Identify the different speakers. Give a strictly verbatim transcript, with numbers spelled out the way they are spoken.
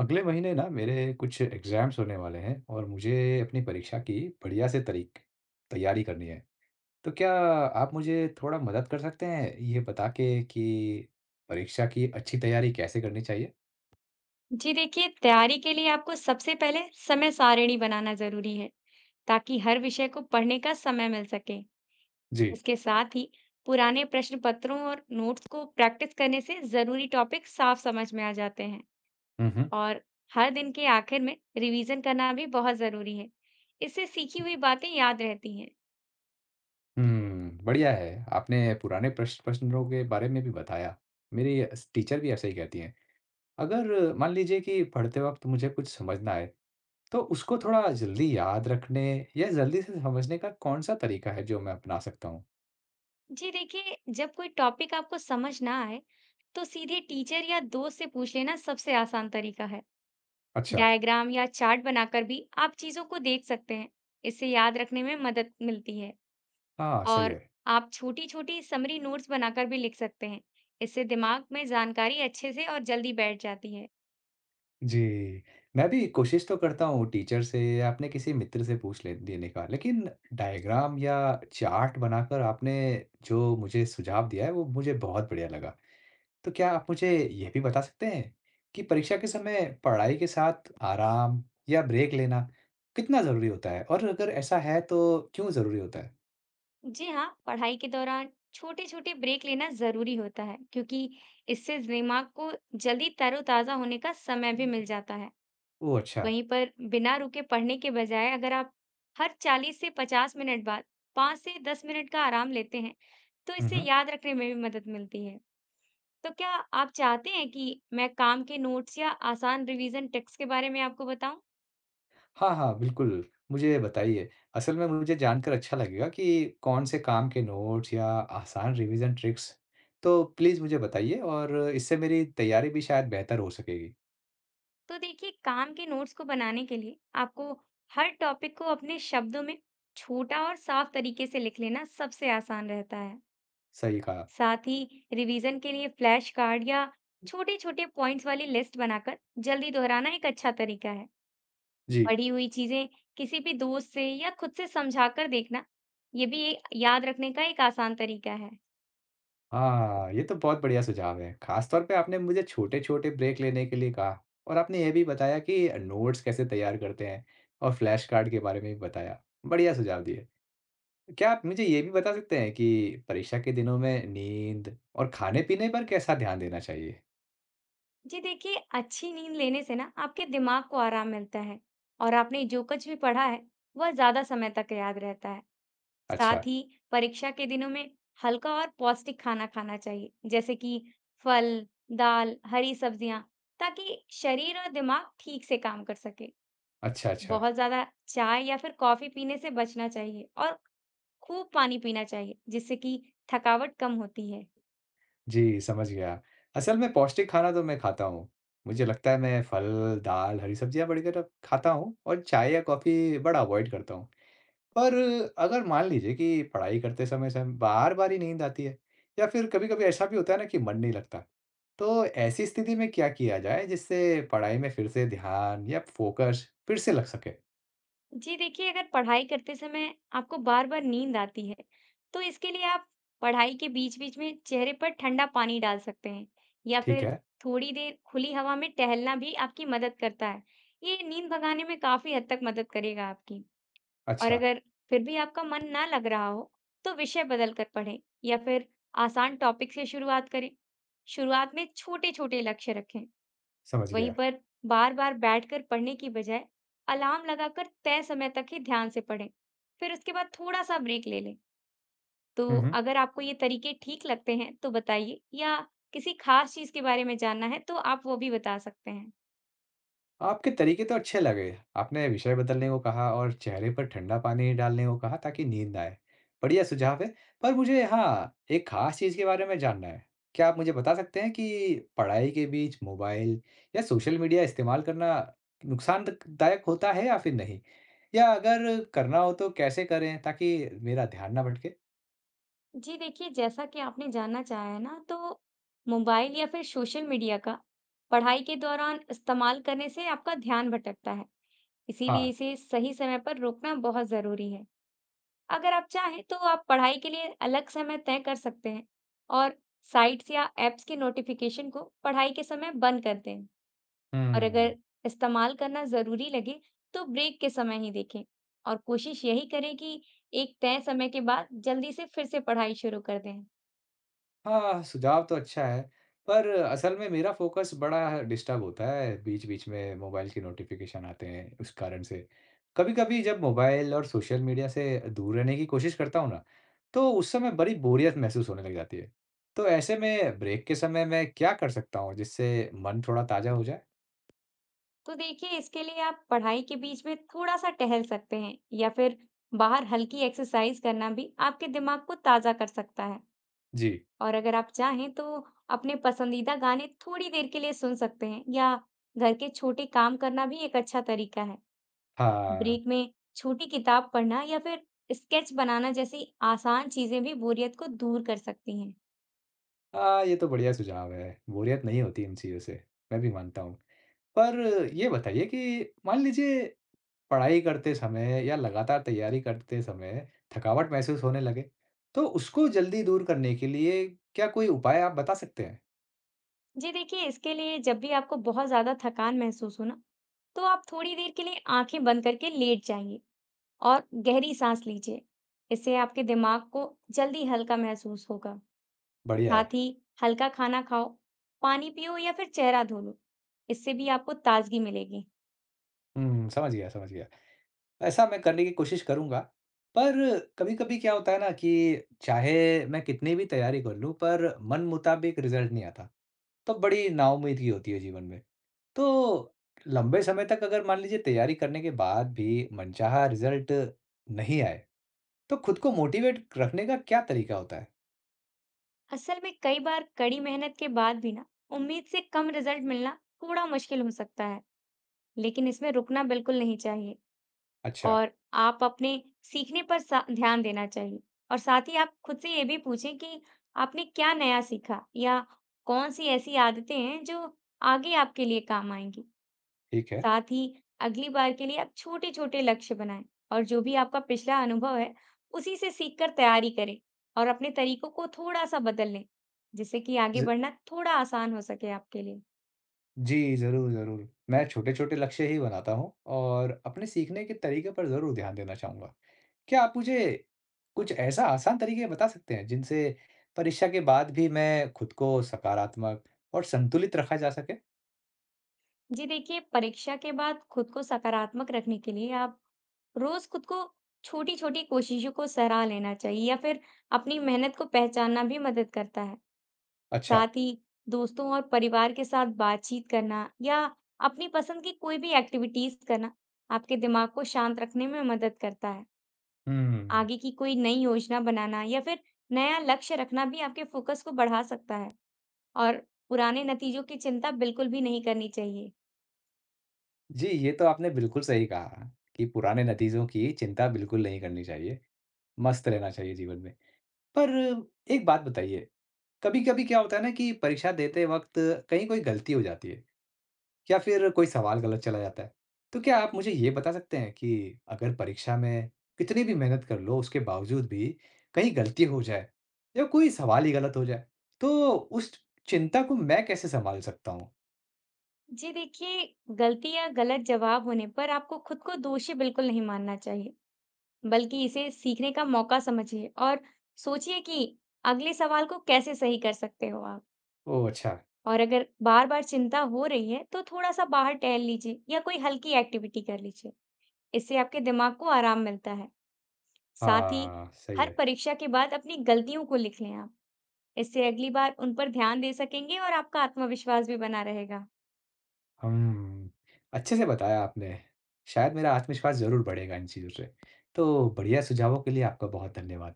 Speaker 1: अगले महीने ना मेरे कुछ एग्जाम्स होने वाले हैं और मुझे अपनी परीक्षा की बढ़िया से तरीक तैयारी करनी है। तो क्या आप मुझे थोड़ा मदद कर सकते हैं ये बता के कि परीक्षा की अच्छी तैयारी कैसे करनी चाहिए?
Speaker 2: जी देखिए, तैयारी के लिए आपको सबसे पहले समय सारिणी बनाना जरूरी है, ताकि हर विषय को पढ़ने का समय मिल सके।
Speaker 1: जी।
Speaker 2: इसके साथ ही पुराने प्रश्न पत्रों और नोट्स को प्रैक्टिस करने से जरूरी टॉपिक साफ समझ में आ जाते हैं
Speaker 1: हुँ, हुँ।
Speaker 2: और हर दिन के आखिर में रिवीजन करना भी बहुत जरूरी है। इससे सीखी हुई बातें याद रहती हैं।
Speaker 1: हुँ, बढ़िया है। आपने पुराने प्रश्न प्रश्नों के बारे में भी बताया। मेरी स टीचर भी ऐसा ही कहती हैं। अगर मान लीजिए कि पढ़ते वक़्त मुझे कुछ समझ ना आए, तो उसको थोड़ा जल्दी याद रखने या जल्दी से समझने का कौन-सा तरीका है जो मैं अपना सकता हूँ?
Speaker 2: जी देखिए, जब कोई टॉपिक आपको समझ ना आए, तो सीधे टीचर या दोस्त से पूछ लेना सबसे आसान तरीका है।
Speaker 1: अच्छा।
Speaker 2: डायग्राम या चार्ट बनाकर भी आप चीजों को देख सकते हैं। इससे याद रखने में मदद मिलती है।
Speaker 1: हाँ, सही
Speaker 2: और
Speaker 1: है।
Speaker 2: आप छोटी छोटी समरी नोट्स बनाकर भी लिख सकते हैं। इससे दिमाग में जानकारी अच्छे से और जल्दी बैठ जाती है।
Speaker 1: जी, मैं भी कोशिश तो करता हूँ टीचर से या अपने किसी मित्र से पूछ ले लेने का, लेकिन डायग्राम या चार्ट बनाकर आपने जो मुझे सुझाव दिया है, वो मुझे बहुत बढ़िया लगा। तो क्या आप मुझे ये भी बता सकते हैं कि परीक्षा के समय पढ़ाई के साथ आराम या ब्रेक लेना कितना ज़रूरी होता है? और अगर ऐसा है, तो क्यों ज़रूरी होता है?
Speaker 2: जी हाँ, पढ़ाई के दौरान छोटे छोटे ब्रेक लेना जरूरी होता है, क्योंकि इससे दिमाग को जल्दी तरोताजा होने का समय भी मिल जाता है।
Speaker 1: ओह! अच्छा।
Speaker 2: वहीं पर बिना रुके पढ़ने के बजाय अगर आप हर चालीस से पचास मिनट बाद पाँच से दस मिनट का आराम लेते हैं, तो
Speaker 1: हुँ,
Speaker 2: इससे
Speaker 1: हुँ।
Speaker 2: याद रखने में भी मदद मिलती है। तो क्या आप चाहते हैं कि मैं काम के नोट्स या आसान रिवीजन टेक्स्ट के बारे में आपको बताऊं?
Speaker 1: हाँ, हाँ, बिल्कुल, मुझे बताइए। असल में मुझे जानकर अच्छा लगेगा कि कौन से काम के नोट्स या आसान रिवीज़न ट्रिक्स, तो प्लीज़ मुझे बताइए और इससे मेरी तैयारी भी शायद बेहतर हो सकेगी।
Speaker 2: तो देखिए, काम के नोट्स को बनाने के लिए आपको हर टॉपिक को अपने शब्दों में छोटा और साफ तरीके से लिख लेना सबसे आसान रहता है।
Speaker 1: सही कहा।
Speaker 2: साथ ही रिवीजन के लिए फ्लैश कार्ड या छोटे छोटे पॉइंट्स वाली लिस्ट बनाकर जल्दी दोहराना एक अच्छा तरीका है।
Speaker 1: जी।
Speaker 2: पढ़ी हुई चीजें किसी भी दोस्त से या खुद से समझा कर देखना, ये भी एक याद रखने का एक आसान तरीका है।
Speaker 1: हाँ, ये तो बहुत बढ़िया सुझाव है। ख़ास तौर पे आपने मुझे छोटे-छोटे ब्रेक लेने के लिए कहा और आपने ये भी बताया कि नोट्स कैसे तैयार करते हैं और फ्लैश कार्ड के बारे में भी बताया। बढ़िया सुझाव दिए। क्या आप मुझे ये भी बता सकते हैं कि परीक्षा के दिनों में नींद और खाने-पीने पर कैसा ध्यान देना चाहिए?
Speaker 2: जी देखिए, अच्छी नींद लेने से ना आपके दिमाग को आराम मिलता है और आपने जो कुछ भी पढ़ा है, वह ज्यादा समय तक याद रहता है।
Speaker 1: अच्छा,
Speaker 2: साथ ही परीक्षा के दिनों में हल्का और पौष्टिक खाना खाना चाहिए, जैसे कि फल, दाल, हरी सब्जियां, ताकि शरीर और दिमाग ठीक से काम कर सके।
Speaker 1: अच्छा, अच्छा।
Speaker 2: बहुत ज्यादा चाय या फिर कॉफी पीने से बचना चाहिए और खूब पानी पीना चाहिए, जिससे कि थकावट कम होती है।
Speaker 1: जी, समझ गया। असल में पौष्टिक खाना तो मैं खाता हूँ। मुझे लगता है मैं फल, दाल, हरी सब्जियाँ वगैरह खाता हूँ और चाय या कॉफ़ी बड़ा अवॉइड करता हूँ। पर अगर मान लीजिए कि पढ़ाई करते समय सम बार-बार ही नींद आती है या फिर कभी-कभी ऐसा भी होता है ना कि मन नहीं लगता, तो ऐसी स्थिति में क्या किया जाए जिससे पढ़ाई में फिर से ध्यान या फोकस फिर से लग सके?
Speaker 2: जी देखिए, अगर पढ़ाई करते समय आपको बार-बार नींद आती है, तो इसके लिए आप पढ़ाई के बीच-बीच में चेहरे पर ठंडा पानी डाल सकते हैं या
Speaker 1: ठीक
Speaker 2: फिर
Speaker 1: है।
Speaker 2: थोड़ी देर खुली हवा में टहलना भी आपकी मदद करता है। ये नींद भगाने में काफ़ी हद तक मदद करेगा आपकी। और
Speaker 1: अच्छा,
Speaker 2: अगर फिर भी आपका मन ना लग रहा हो, तो विषय बदल कर पढ़ें या फिर आसान टॉपिक से शुरुआत करें। शुरुआत में छोटे-छोटे लक्ष्य रखें।
Speaker 1: समझ
Speaker 2: वहीं
Speaker 1: गया।
Speaker 2: पर बार-बार बैठकर पढ़ने की बजाय अलार्म लगाकर तय समय तक ही ध्यान से पढ़ें। फिर उसके बाद थोड़ा-सा ब्रेक ले लें। तो
Speaker 1: हुँ, हुँ।
Speaker 2: अगर आपको ये तरीके ठीक लगते हैं तो बताइए, या किसी खास चीज़ के बारे में जानना है तो आप वो भी बता सकते हैं।
Speaker 1: आपके तरीके तो अच्छे लगे। आपने विषय बदलने को कहा और चेहरे पर ठंडा पानी डालने को कहा ताकि नींद आए। बढ़िया सुझाव है, पर मुझे हाँ, एक ख़ास चीज़ के बारे में जानना है। क्या आप मुझे बता सकते हैं कि पढ़ाई के बीच मोबाइल या सोशल मीडिया इस्तेमाल करना नुकसानद दायक होता है या फिर नहीं? या अगर करना हो तो कैसे करें ताकि मेरा ध्यान ना भटके?
Speaker 2: जी देखिए, जैसा कि आपने जानना चाहा है ना, तो मोबाइल या फिर सोशल मीडिया का पढ़ाई के दौरान इस्तेमाल करने से आपका ध्यान भटकता है। इसीलिए
Speaker 1: हाँ।
Speaker 2: इसे सही समय पर रोकना बहुत ज़रूरी है। अगर आप चाहें तो आप पढ़ाई के लिए अलग समय तय कर सकते हैं और साइट्स या ऐप्स के नोटिफिकेशन को पढ़ाई के समय बंद कर दें। और
Speaker 1: हुँ।
Speaker 2: अगर इस्तेमाल करना ज़रूरी लगे, तो ब्रेक के समय ही देखें और कोशिश यही करें कि एक तय समय के बाद जल्दी से फिर से पढ़ाई शुरू कर दें।
Speaker 1: हाँ, सुझाव तो अच्छा है, पर असल में मेरा फ़ोकस बड़ा डिस्टर्ब होता है, बीच-बीच में मोबाइल के नोटिफ़िकेशन आते हैं, उस कारण से। कभी-कभी जब मोबाइल और सोशल मीडिया से दूर रहने की कोशिश करता हूँ ना, तो उस समय बड़ी बोरियत महसूस होने लग जाती है। तो ऐसे में ब्रेक के समय मैं क्या कर सकता हूँ, जिससे मन थोड़ा ताज़ा हो जाए?
Speaker 2: तो देखिए, इसके लिए आप पढ़ाई के बीच में थोड़ा सा टहल सकते हैं या फिर बाहर हल्की एक्सरसाइज करना भी आपके दिमाग को ताज़ा कर सकता है।
Speaker 1: जी,
Speaker 2: और अगर आप चाहें तो अपने पसंदीदा गाने थोड़ी देर के लिए सुन सकते हैं, या घर के छोटे काम करना भी एक अच्छा तरीका है।
Speaker 1: हाँ।
Speaker 2: ब्रेक में छोटी किताब पढ़ना या फिर स्केच बनाना जैसी आसान चीजें भी बोरियत को दूर कर सकती हैं।
Speaker 1: हाँ, ये तो बढ़िया सुझाव है, बोरियत नहीं होती इन चीज़ों से, मैं भी मानता हूँ। पर ये बताइए कि मान लीजिए पढ़ाई करते समय या लगातार तैयारी करते समय थकावट महसूस होने लगे, तो उसको जल्दी दूर करने के लिए क्या कोई उपाय आप बता सकते हैं?
Speaker 2: जी देखिए, इसके लिए जब भी आपको बहुत ज्यादा थकान महसूस हो ना, तो आप थोड़ी देर के लिए आंखें बंद करके लेट जाइए और गहरी सांस लीजिए। इससे आपके दिमाग को जल्दी हल्का महसूस होगा।
Speaker 1: बढ़िया है।
Speaker 2: साथ ही हल्का खाना खाओ, पानी पियो या फिर चेहरा धो लो। इससे भी आपको ताजगी मिलेगी।
Speaker 1: हुँ, समझ गया, समझ गया। ऐसा मैं करने की कोशिश करूँगा, पर कभी-कभी क्या होता है ना कि चाहे मैं कितनी भी तैयारी कर लूँ, पर मन मुताबिक रिज़ल्ट नहीं आता, तो बड़ी नाउम्मीदगी होती है जीवन में। तो लंबे समय तक अगर मान लीजिए तैयारी करने के बाद भी मनचाहा रिज़ल्ट नहीं आए, तो खुद को मोटिवेट रखने का क्या तरीका होता है?
Speaker 2: असल में कई बार कड़ी मेहनत के बाद भी ना उम्मीद से कम रिजल्ट मिलना थोड़ा मुश्किल हो सकता है, लेकिन इसमें रुकना बिल्कुल नहीं चाहिए।
Speaker 1: अच्छा,
Speaker 2: और आप अपने सीखने पर सा- ध्यान देना चाहिए। और साथ ही आप खुद से ये भी पूछें कि आपने क्या नया सीखा या कौन सी ऐसी आदतें हैं जो आगे आपके लिए काम आएंगी।
Speaker 1: ठीक है।
Speaker 2: साथ ही अगली बार के लिए आप छोटे-छोटे लक्ष्य बनाएं और जो भी आपका पिछला अनुभव है, उसी से सीखकर तैयारी करें और अपने तरीकों को थोड़ा-सा बदल लें, जिससे कि आगे
Speaker 1: ज
Speaker 2: बढ़ना थोड़ा आसान हो सके आपके लिए।
Speaker 1: जी, ज़रूर, ज़रूर। मैं छोटे-छोटे लक्ष्य ही बनाता हूँ और अपने सीखने के तरीके पर ज़रूर ध्यान देना चाहूँगा। क्या आप मुझे कुछ ऐसा आसान तरीके बता सकते हैं, जिनसे परीक्षा के बाद भी मैं खुद को सकारात्मक और संतुलित रखा जा सके?
Speaker 2: जी देखिए, परीक्षा के बाद खुद को सकारात्मक रखने के लिए आप रोज खुद को छोटी-छोटी कोशिशों को सराह लेना चाहिए या फिर अपनी मेहनत को पहचानना भी मदद करता है।
Speaker 1: अच्छा,
Speaker 2: साथ ही दोस्तों और परिवार के साथ बातचीत करना या अपनी पसंद की कोई भी एक्टिविटीज करना आपके दिमाग को शांत रखने में मदद करता है।
Speaker 1: हुँ।
Speaker 2: आगे की कोई नई योजना बनाना या फिर नया लक्ष्य रखना भी आपके फोकस को बढ़ा सकता है और पुराने नतीजों की चिंता बिल्कुल भी नहीं करनी चाहिए।
Speaker 1: जी, ये तो आपने बिल्कुल सही कहा कि पुराने नतीजों की चिंता बिल्कुल नहीं करनी चाहिए, मस्त रहना चाहिए जीवन में। पर एक बात बताइए, कभी-कभी क्या होता है ना कि परीक्षा देते वक़्त कहीं कोई गलती हो जाती है। या फिर कोई सवाल गलत चला जाता है। तो क्या आप मुझे ये बता सकते हैं कि अगर परीक्षा में कितनी भी मेहनत कर लो, उसके बावजूद भी कहीं गलती हो जाए या कोई सवाल ही गलत हो जाए, तो उस चिंता को मैं कैसे सँभाल सकता हूँ?
Speaker 2: जी देखिए, गलती या गलत जवाब होने पर आपको खुद को दोषी बिल्कुल नहीं मानना चाहिए, बल्कि इसे सीखने का मौका समझिए और सोचिए कि अगले सवाल को कैसे सही कर सकते हो आप।
Speaker 1: ओह! अच्छा।
Speaker 2: और अगर बार-बार चिंता हो रही है, तो थोड़ा-सा बाहर टहल लीजिए या कोई हल्की एक्टिविटी कर लीजिए। इससे आपके दिमाग को आराम मिलता है। साथ ही
Speaker 1: हाँ, सही
Speaker 2: हर
Speaker 1: है।
Speaker 2: परीक्षा के बाद अपनी गलतियों को लिख लें आप। इससे अगली बार उन पर ध्यान दे सकेंगे और आपका आत्मविश्वास भी बना रहेगा।
Speaker 1: हम्म, अच्छे से बताया आपने। शायद मेरा आत्मविश्वास ज़रूर बढ़ेगा इन चीज़ों से। तो बढ़िया सुझावों के लिए आपका बहुत धन्यवाद।